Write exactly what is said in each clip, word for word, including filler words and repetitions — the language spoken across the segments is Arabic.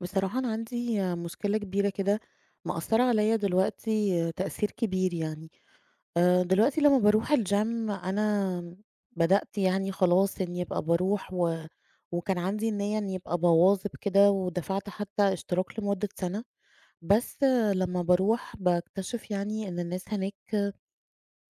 بصراحة أنا عندي مشكلة كبيرة كده مأثرة عليا دلوقتي تأثير كبير يعني. آه، دلوقتي لما بروح الجيم أنا بدأت يعني خلاص إني أبقى بروح و... وكان عندي النية إني أبقى بواظب كده ودفعت حتى اشتراك لمدة سنة. بس آه، لما بروح بكتشف يعني إن الناس هناك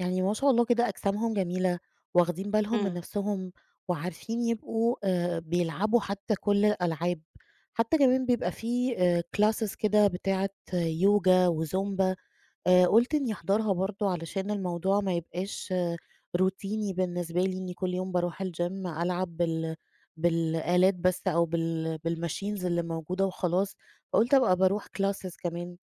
يعني ما شاء الله كده أجسامهم جميلة، واخدين بالهم من إمم، نفسهم، وعارفين يبقوا آآ بيلعبوا حتى كل الألعاب، حتى كمان بيبقى في آآ classes كده بتاعة آه، يوجا وزومبا. آآ قُلت إني أحضرها برضه علشان الموضوع ما يبقاش آه، روتيني بالنسبة لي إني كل يوم باروح الgym ألعب بال بالآلات بس أو بال بالmachines اللي موجودة وخلاص، فقُلت أبقى باروح classes كمان.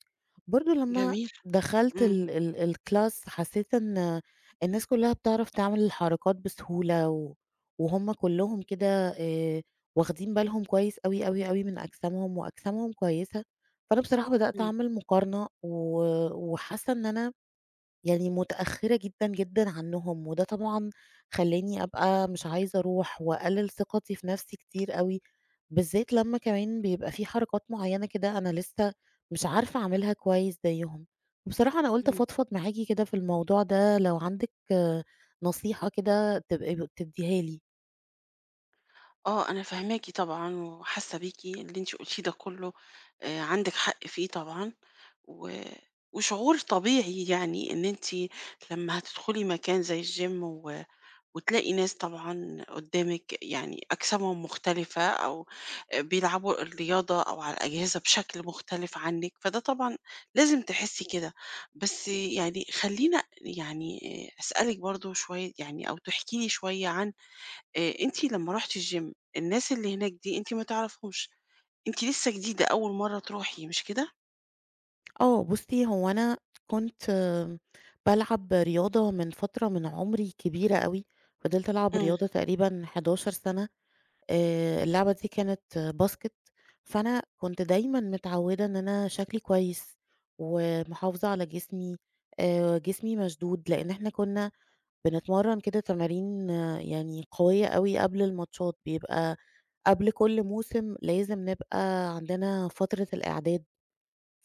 برضه لمّا جميل، دخلت إمم، ال ال الclass حسيت إن الناس كلّها بتعرف تعمل الحركات بسهولة، و وهُم كلّهم كده آآ واخدين بالهم كويس أوي، أوي، أوي من أجسامهم، وأجسامهم كويسة، فأنا بصراحة بدأت إمم، أعمل مقارنة، و وحاسة إن أنا يعني متأخرة جدًا، جدًا عنهم، وده طبعًا خلّاني أبقى مش عايزة أروح، وأقلل ثقتي في نفسي كتير أوي، بالذات لمّا كمان بيبقى في حركات معيّنة كده أنا لسه مش عارفة أعملها كويس زيهم. وبصراحة أنا قُلت إمم، أفضفض معاكِ كده في الموضوع ده، لو عندِك آه، نصيحة كده تبقي تدّيها لي. آه، أنا فاهماكِ طبعًا وحاسة بيكِ. اللي أنتِ قلتيه ده كله آآ، عندِك حق فيه طبعًا، و وشعور طبيعي يعني إن أنتِ لمّا هتدخلي مكان زي الgym و وتلاقي ناس طبعًا قدّامِك يعني أجسامهم مختلفة أو بيلعبوا الرياضة أو على الأجهزة بشكل مختلف عنِّك، فده طبعًا لازم تحسّي كده. بس يعني خلّينا يعني أسألِك برضه شوية يعني أو تحكي لي شوية عن آآ أنتِ لمّا رُحتِ الgym الناس اللي هناك دي أنتِ ما تعرفيهمش، أنتِ لسّه جديدة أول مرّة تروحي مش كده؟ آه، بُصّي هو أنا كنت بالعب رياضة من فترة من عمري كبيرة أوي، فضلت ألعب إمم، رياضة تقريبًا 11 سنة. آآ اللعبة دي كانت آه، باسكت، فأنا كنت دايمًا متعوّدة إن أنا شكلي كويس، ومحافظة على جسمي. آآ جسمي مشدود، لإن إحنا كنا بنتمرّن كده تمارين آه، يعني قوية أوي قبل الماتشات، بيبقى قبل كل موسم لازم نبقى عندنا فترة الإعداد.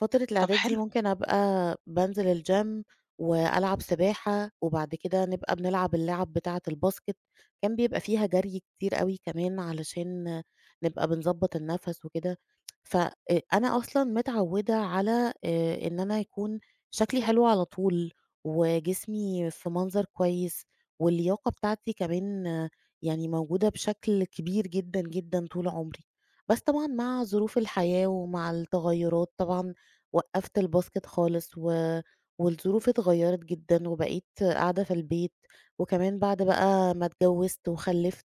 فترة طب الإعداد دي حلو، ممكن أبقى بانزل الgym وألعب سباحة، وبعد كده نبقى بنلعب اللعب بتاعة الباسكت، كان بيبقى فيها جري كتير أوي كمان علشان نبقى بنضبط النفس وكده. ف آآ أنا أصلًا متعودة على آآ إن أنا يكون شكلي حلو على طول، وجسمي في منظر كويس، واللياقة بتاعتي كمان آه، يعني موجودة بشكل كبير جدًا، جدًا طول عمري. بس طبعًا مع ظروف الحياة ومع التغيرات طبعًا وقّفت الباسكت خالص و والظروف اتغيّرت جدًا وبقيت قاعدة في البيت، وكمان بعد بقى ما اتجوّزت وخلّفت،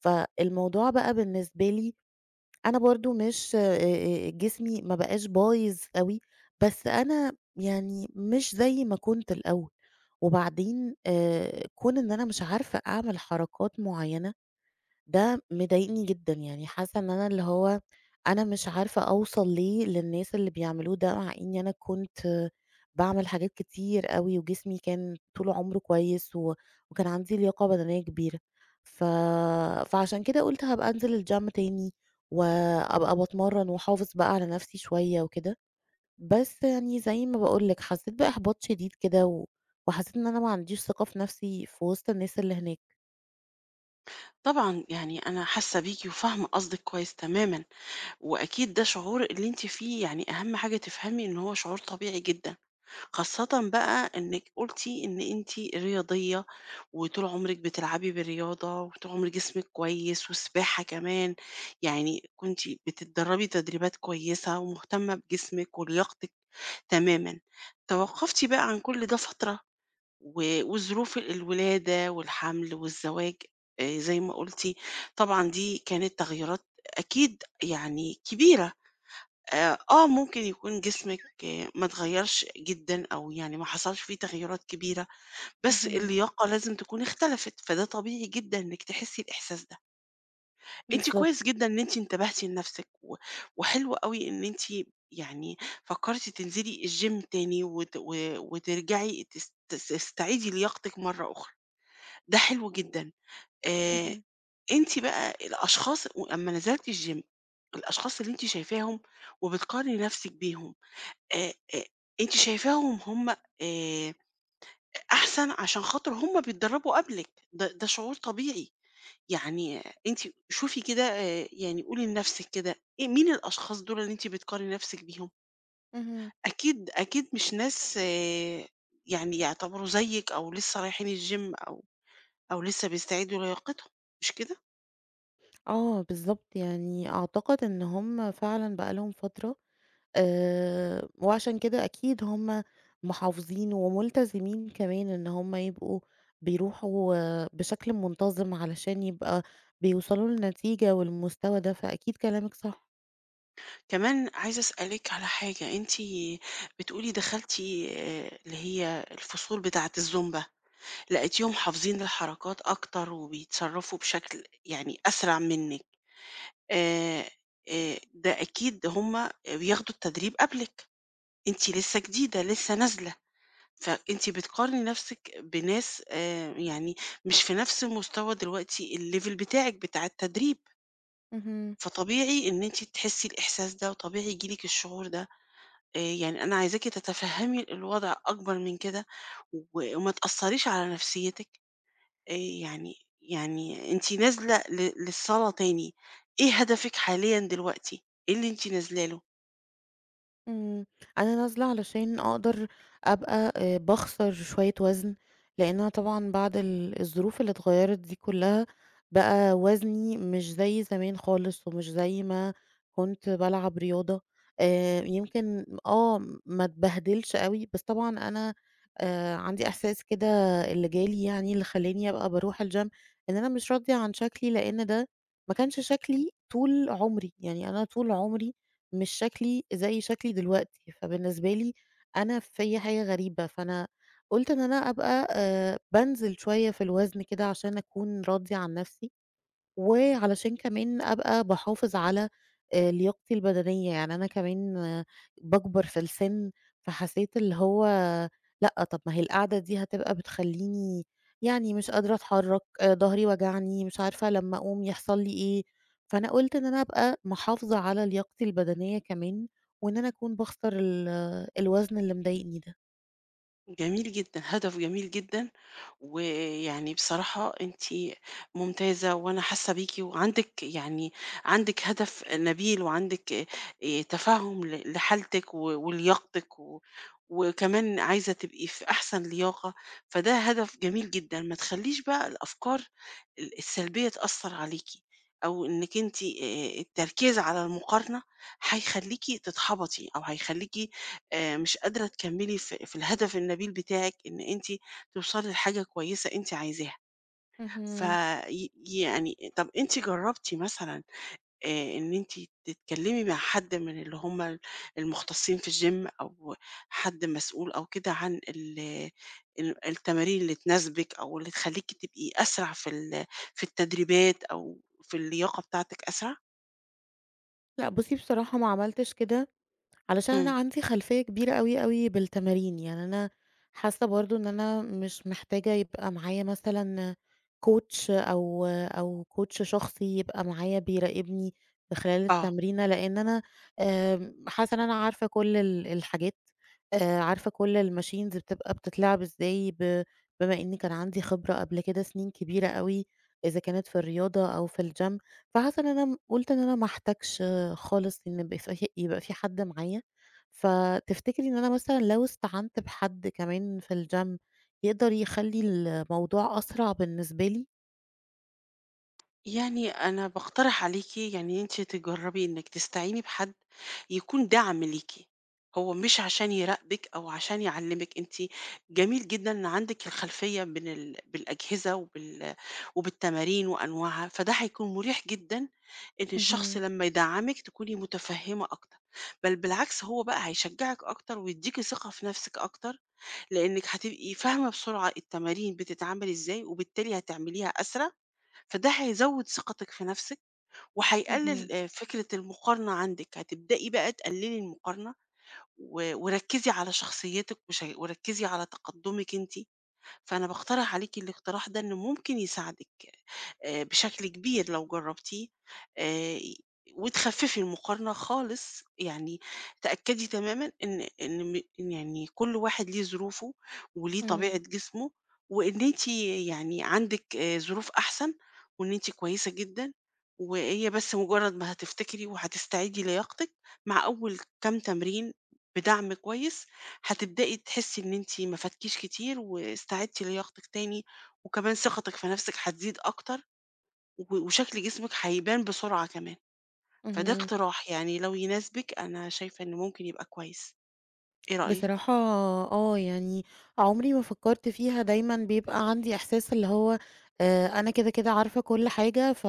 فالموضوع بقى بالنسبة لي أنا برضه مش آآ آآ جسمي ما بقاش بايظ أوي، بس أنا يعني مش زي ما كنت الأول. وبعدين آآ كون إن أنا مش عارفة أعمل حركات معيّنة ده مضايقني جدًا، يعني حاسة إن أنا اللي هو أنا مش عارفة أوصل ليه للناس اللي بيعملوه ده، مع إني أنا كنت باعمل حاجات كتير أوي، وجسمي كان طول عمره كويس، و وكان عندي لياقة بدنية كبيرة. ف فعشان كده قُلت هابقى أنزل الgym تاني، وأبقى باتمرن واحافظ بقى على نفسي شوية وكده. بس يعني زي ما باقول لِك حسيت بإحباط شديد كده، و وحسيت إن أنا ما عنديش ثقة في نفسي في وسط الناس اللي هناك. طبعًا يعني أنا حاسّة بيكِ وفاهمة قصدِك كويس تمامًا. وأكيد ده شعور اللي أنتِ فيه يعني أهم حاجة تفهمي إن هو شعور طبيعي جدًا، خاصةً بقى إنِّك قُلتِ إن أنتِ رياضية وطول عمرِك بتلعبي بالرياضة وطول عمر جسمِك كويس والسباحة كمان، يعني كنتِ بتتدرّبي تدريبات كويسة ومهتمة بجسمِك ولياقتِك تمامًا. توقّفتِ بقى عن كل ده فترة و وظروف الولادة والحَمْل والزواج آآ زي ما قُلتِ، طبعًا دي كانت تغييرات أكيد يعني كبيرة. آآ آه، ممكن يكون جسمِك آه، ما اتغيّرش جدًا أو يعني ما حصلش فيه تغيُّرات كبيرة، بس اهم. اللياقة لازم تكون اختلفت، فده طبيعي جدًا إنِّك تحسّي الإحساس ده. أنتِ بالضبط. كويس جدًا إن أنتِ انتبهتِ لنَفْسِك و وحلو أوي إن أنتِ يعني فكّرتِ تنزلي الgym تاني وت و وترجعي تس تس تستعيدي لياقتِك مرّة أخرى، ده حلو جدًا. آآ اهم، أنتِ بقى الأشخاص و أمّا نزلتِ الgym، الأشخاص اللي أنتِ شايفاهم وبتقارني نَفْسِك بيهم، آآ آآ أنتِ شايفاهم هم آآ أحسن عشان خاطر هم بيتدرّبوا قبلِك، ده ده شعور طبيعي، يعني أنتِ شوفي كده آآ يعني قولي لنَفْسِك كده إيه مين الأشخاص دُول اللي أنتِ بتقارني نَفْسِك بيهم؟ اهم. أكيد، أكيد مش ناس آآ يعني يعتبروا زيِّك أو لسه رايحين الgym أو أو لسه بيستعيدوا لياقتهم، مش كده؟ آه بالضبط، يعني أعتقد إن هم فعلًا بقى لهم فترة آآ، وعشان كده أكيد هم محافظين وملتزمين كمان إن هم يبقوا بيروحوا آه، بشكل منتظم علشان يبقى بيوصلوا لنتيجة والمستوى ده، فأكيد كلامِك صح. كمان عايزة أسألِك على حاجة. أنتِ بتقولي دخلتِ آآ اللي هي الفصول بتاعة الزومبا. لقيتيهم حافظين الحركات أكتر وبيتصرفوا بشكل يعني أسرع منِّك، آآ، آآ، ده أكيد هُم بياخدوا التدريب قبلِك، أنتِ لسه جديدة، لسه نازلة، فأنتِ بتقارني نفسِك بناس آآ، يعني مش في نفس مستوى دلوقتي الlevel بتاعِك بتاع التدريب، اهم. فطبيعي إن أنتِ تحسي الإحساس ده، وطبيعي ييجي لِك الشعور ده. آآ، يعني أنا عايزاكِ تتفهمي الوضع أكبر من كده، و وما تأثريش على نفسيتِك. آآ يعني يعني أنتِ نازلة ل للصلاة تاني، إيه هدفِك حاليًا دلوقتي؟ إيه اللي أنتِ نازلة له؟ إمم، أنا نازلة علشان أقدر أبقى آآ باخسر شوية وزن، لأن أنا طبعًا بعد ال الظروف اللي اتغيّرت دي كلّها، بقى وزني مش زي زمان خالص، ومش زي ما كنت بالعب رياضة. آآ يمكن آه، ما اتبهدلش أوي، بس طبعًا أنا آآ عندي إحساس كده اللي جالي يعني اللي خلّاني أبقى باروح الgym إن أنا مش راضية عن شكلي، لأن ده ما كانش شكلي طول عمري، يعني أنا طول عمري مش شكلي زي شكلي دلوقتي، فبالنسبة لي أنا فيّا حاجة غريبة، فأنا قُلت إن أنا أبقى آآ بانزل شوية في الوزن كده عشان أكون راضية عن نفسي. وعلشان كمان أبقى باحافظ على آآ لياقتي البدنية، يعني أنا كمان باكبر في السِن، فحسيت اللي هو لأ، طب ما هي القعدة دي هتبقى بتخلّيني يعني مش قادرة أتحرّك، ضهري وجعني، مش عارفة لمّا أقوم يحصل لي إيه، فأنا قُلت إن أنا أبقى محافظة على لياقتي البدنية كمان، وإن أنا أكون باخسر ال الوزن اللي مضايقني ده. جميل جدًا، هدف جميل جدًا، ويعني بصراحة أنتِ ممتازة وأنا حاسة بيكِ وعندِك يعني عندِك هدف نبيل وعندِك آآ تفهُّم ل لحالتِك و ولياقتِك و وكمان عايزة تبقي في أحسن لياقة، فده هدف جميل جدًا، ما تخلّيش بقى الأفكار ال السلبية تأثّر عليكِ أو إنِّك أنتِ آآ التركيز على المقارنة هيخلّيكِ تتحبطي أو هيخلّيكِ آآ مش قادرة تكمّلي في في الهدف النبيل بتاعِك إن أنتِ توصلي لحاجة كويسة أنتِ عايزاها. ف اهم. ي يعني طَب أنتِ جرّبتِ مثلًا آآ إن أنتِ تتكلّمي مع حد من اللي هم المختصين في الgym أو حد مسؤول أو كده عن ال ال التمارين اللي تناسبِك أو اللي تخلّيكِ تبقي أسرع في ال في التدريبات أو في اللياقة بتاعتِك أسرع؟ لأ بُصّي بصراحة ما عملتش كده علشان أنا إمم. عندي خلفية كبيرة أوي، أوي بالتمارين، يعني أنا حاسة برضه إن أنا مش محتاجة يبقى معايا مثلًا coach أو أو coach شخصي يبقى معايا بيراقبني في خلال آه. التمرينة، لإن أنا آمم، حاسة إن أنا عارفة كل ال الحاجات. آآ، عارفة كل الmachines بتبقى بتتلعب إزاي، ب بما إني كان عندي خبرة قبل كده سنين كبيرة أوي، إذا كانت في الرياضة أو في الgym، فحاسة إن أنا م قُلت إن أنا ما احتاجش خالص إن يبقى في يبقى في حد معايا. فتفتكري إن أنا مثلًا لو استعنت بحد كمان في الgym يقدر يخلّي الموضوع أسرع بالنسبة لي؟ يعني أنا باقترح عليكِ يعني أنتِ تجرّبي إنِّك تستعيني بحد يكون دعم ليكِ، هو مش عشان يراقبِك أو عشان يعلّمِك. أنتِ جميل جدًا إن عندِك الخلفية من ال بالأجهزة وبال وبالتمارين وأنواعها، فده هيكون مُريح جدًا إن الشخص اهم، لمّا يدعّمِك تكوني متفهّمة أكتر، بل بالعكس هو بقى هيشجّعِك أكتر ويدّيكِ ثقة في نَفْسِك أكتر، لإنِّك هتبقي فاهمة بسرعة التمارين بتتعمل إزاي وبالتالي هتعمليها أسرع، فده هيزود ثقتِك في نفسِك، اهم، وهيقلل آآ فكرة المقارنة عندِك. هتبدئي بقى تقللي المقارنة و وركّزي على شخصيتِك وش وركّزي على تقدُّمِك أنتِ، فأنا باقترح عليكِ الاقتراح ده إنه ممكن يساعدِك آآ بشكل كبير لو جرّبتيه، آآ وتخفّفي المقارنة خالص، يعني تأكّدي تمامًا إن إن م إن يعني كل واحد ليه ظروفه وليه طبيعة إمم، جسمه، وإن أنتِ يعني عندِك آآ ظروف أحسن، وإن أنتِ كويسة جدًا، وهي بس مجرّد ما هتفتكري وهتستعيدي لياقتِك مع أول كام تمرين بدعم كويس، هتبدئي تحسّي إن أنتِ ما فاتكيش كتير واستعدتِ لياقتِك تاني، وكمان ثقتِك في نَفْسِك هتزيد أكتر. و وشكل جسمِك هيبان بسرعة كمان، فده اهم. اقتراح يعني لو يناسبِك أنا شايفة إنه ممكن يبقى كويس، إيه رأيِك؟ بصراحة آه، يعني عمري ما فكّرت فيها، دايمًا بيبقى عندي إحساس اللي هو آآ، أنا كده، كده عارفة كل حاجة ف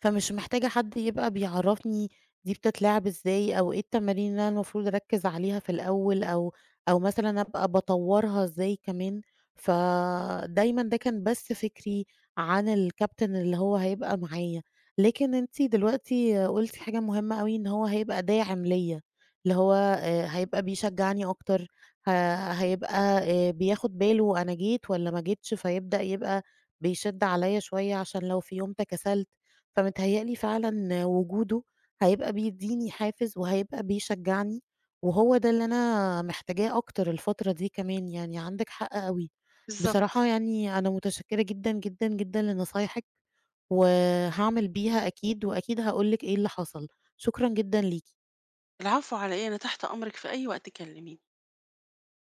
فمش محتاجة حد يبقى بيعرّفني دي بتتلعب إزاي أو إيه التمارين اللي أنا المفروض أركّز عليها في الأول أو أو مثلًا أبقى باطوّرها إزاي كمان، فدايمًا ده كان بس فكري عن الكابتن اللي هو هيبقى معايا. لكن أنتِ دلوقتي قُلتِ حاجة مهمة أوي إن هو هيبقى داعم ليّا. اللي هو آآ هيبقى بيشجّعني أكتر، ه هيبقى آآ بياخُد باله أنا جيت والّا ما جيتش، فيبدأ يبقى بيشِد عليّا شوية عشان لو في يوم تكاسلت، فمتهيأ لي فعلًا وجوده هيبقى بيدّيني حافز وهيبقى بيشجّعني، وهو ده اللي أنا محتاجاه أكتر الفترة دي كمان يعني، عندِك حق أوي. بصراحة بالضبط. يعني أنا متشكّرة جدًا، جدًا، جدًا لنصايحِك، وهاعمل بيها أكيد، وأكيد هاقول لِك إيه اللي حصل. شكرًا جدًا ليكِ. العفو على إيه، أنا تحت أمرِك في أي وقت كلميني.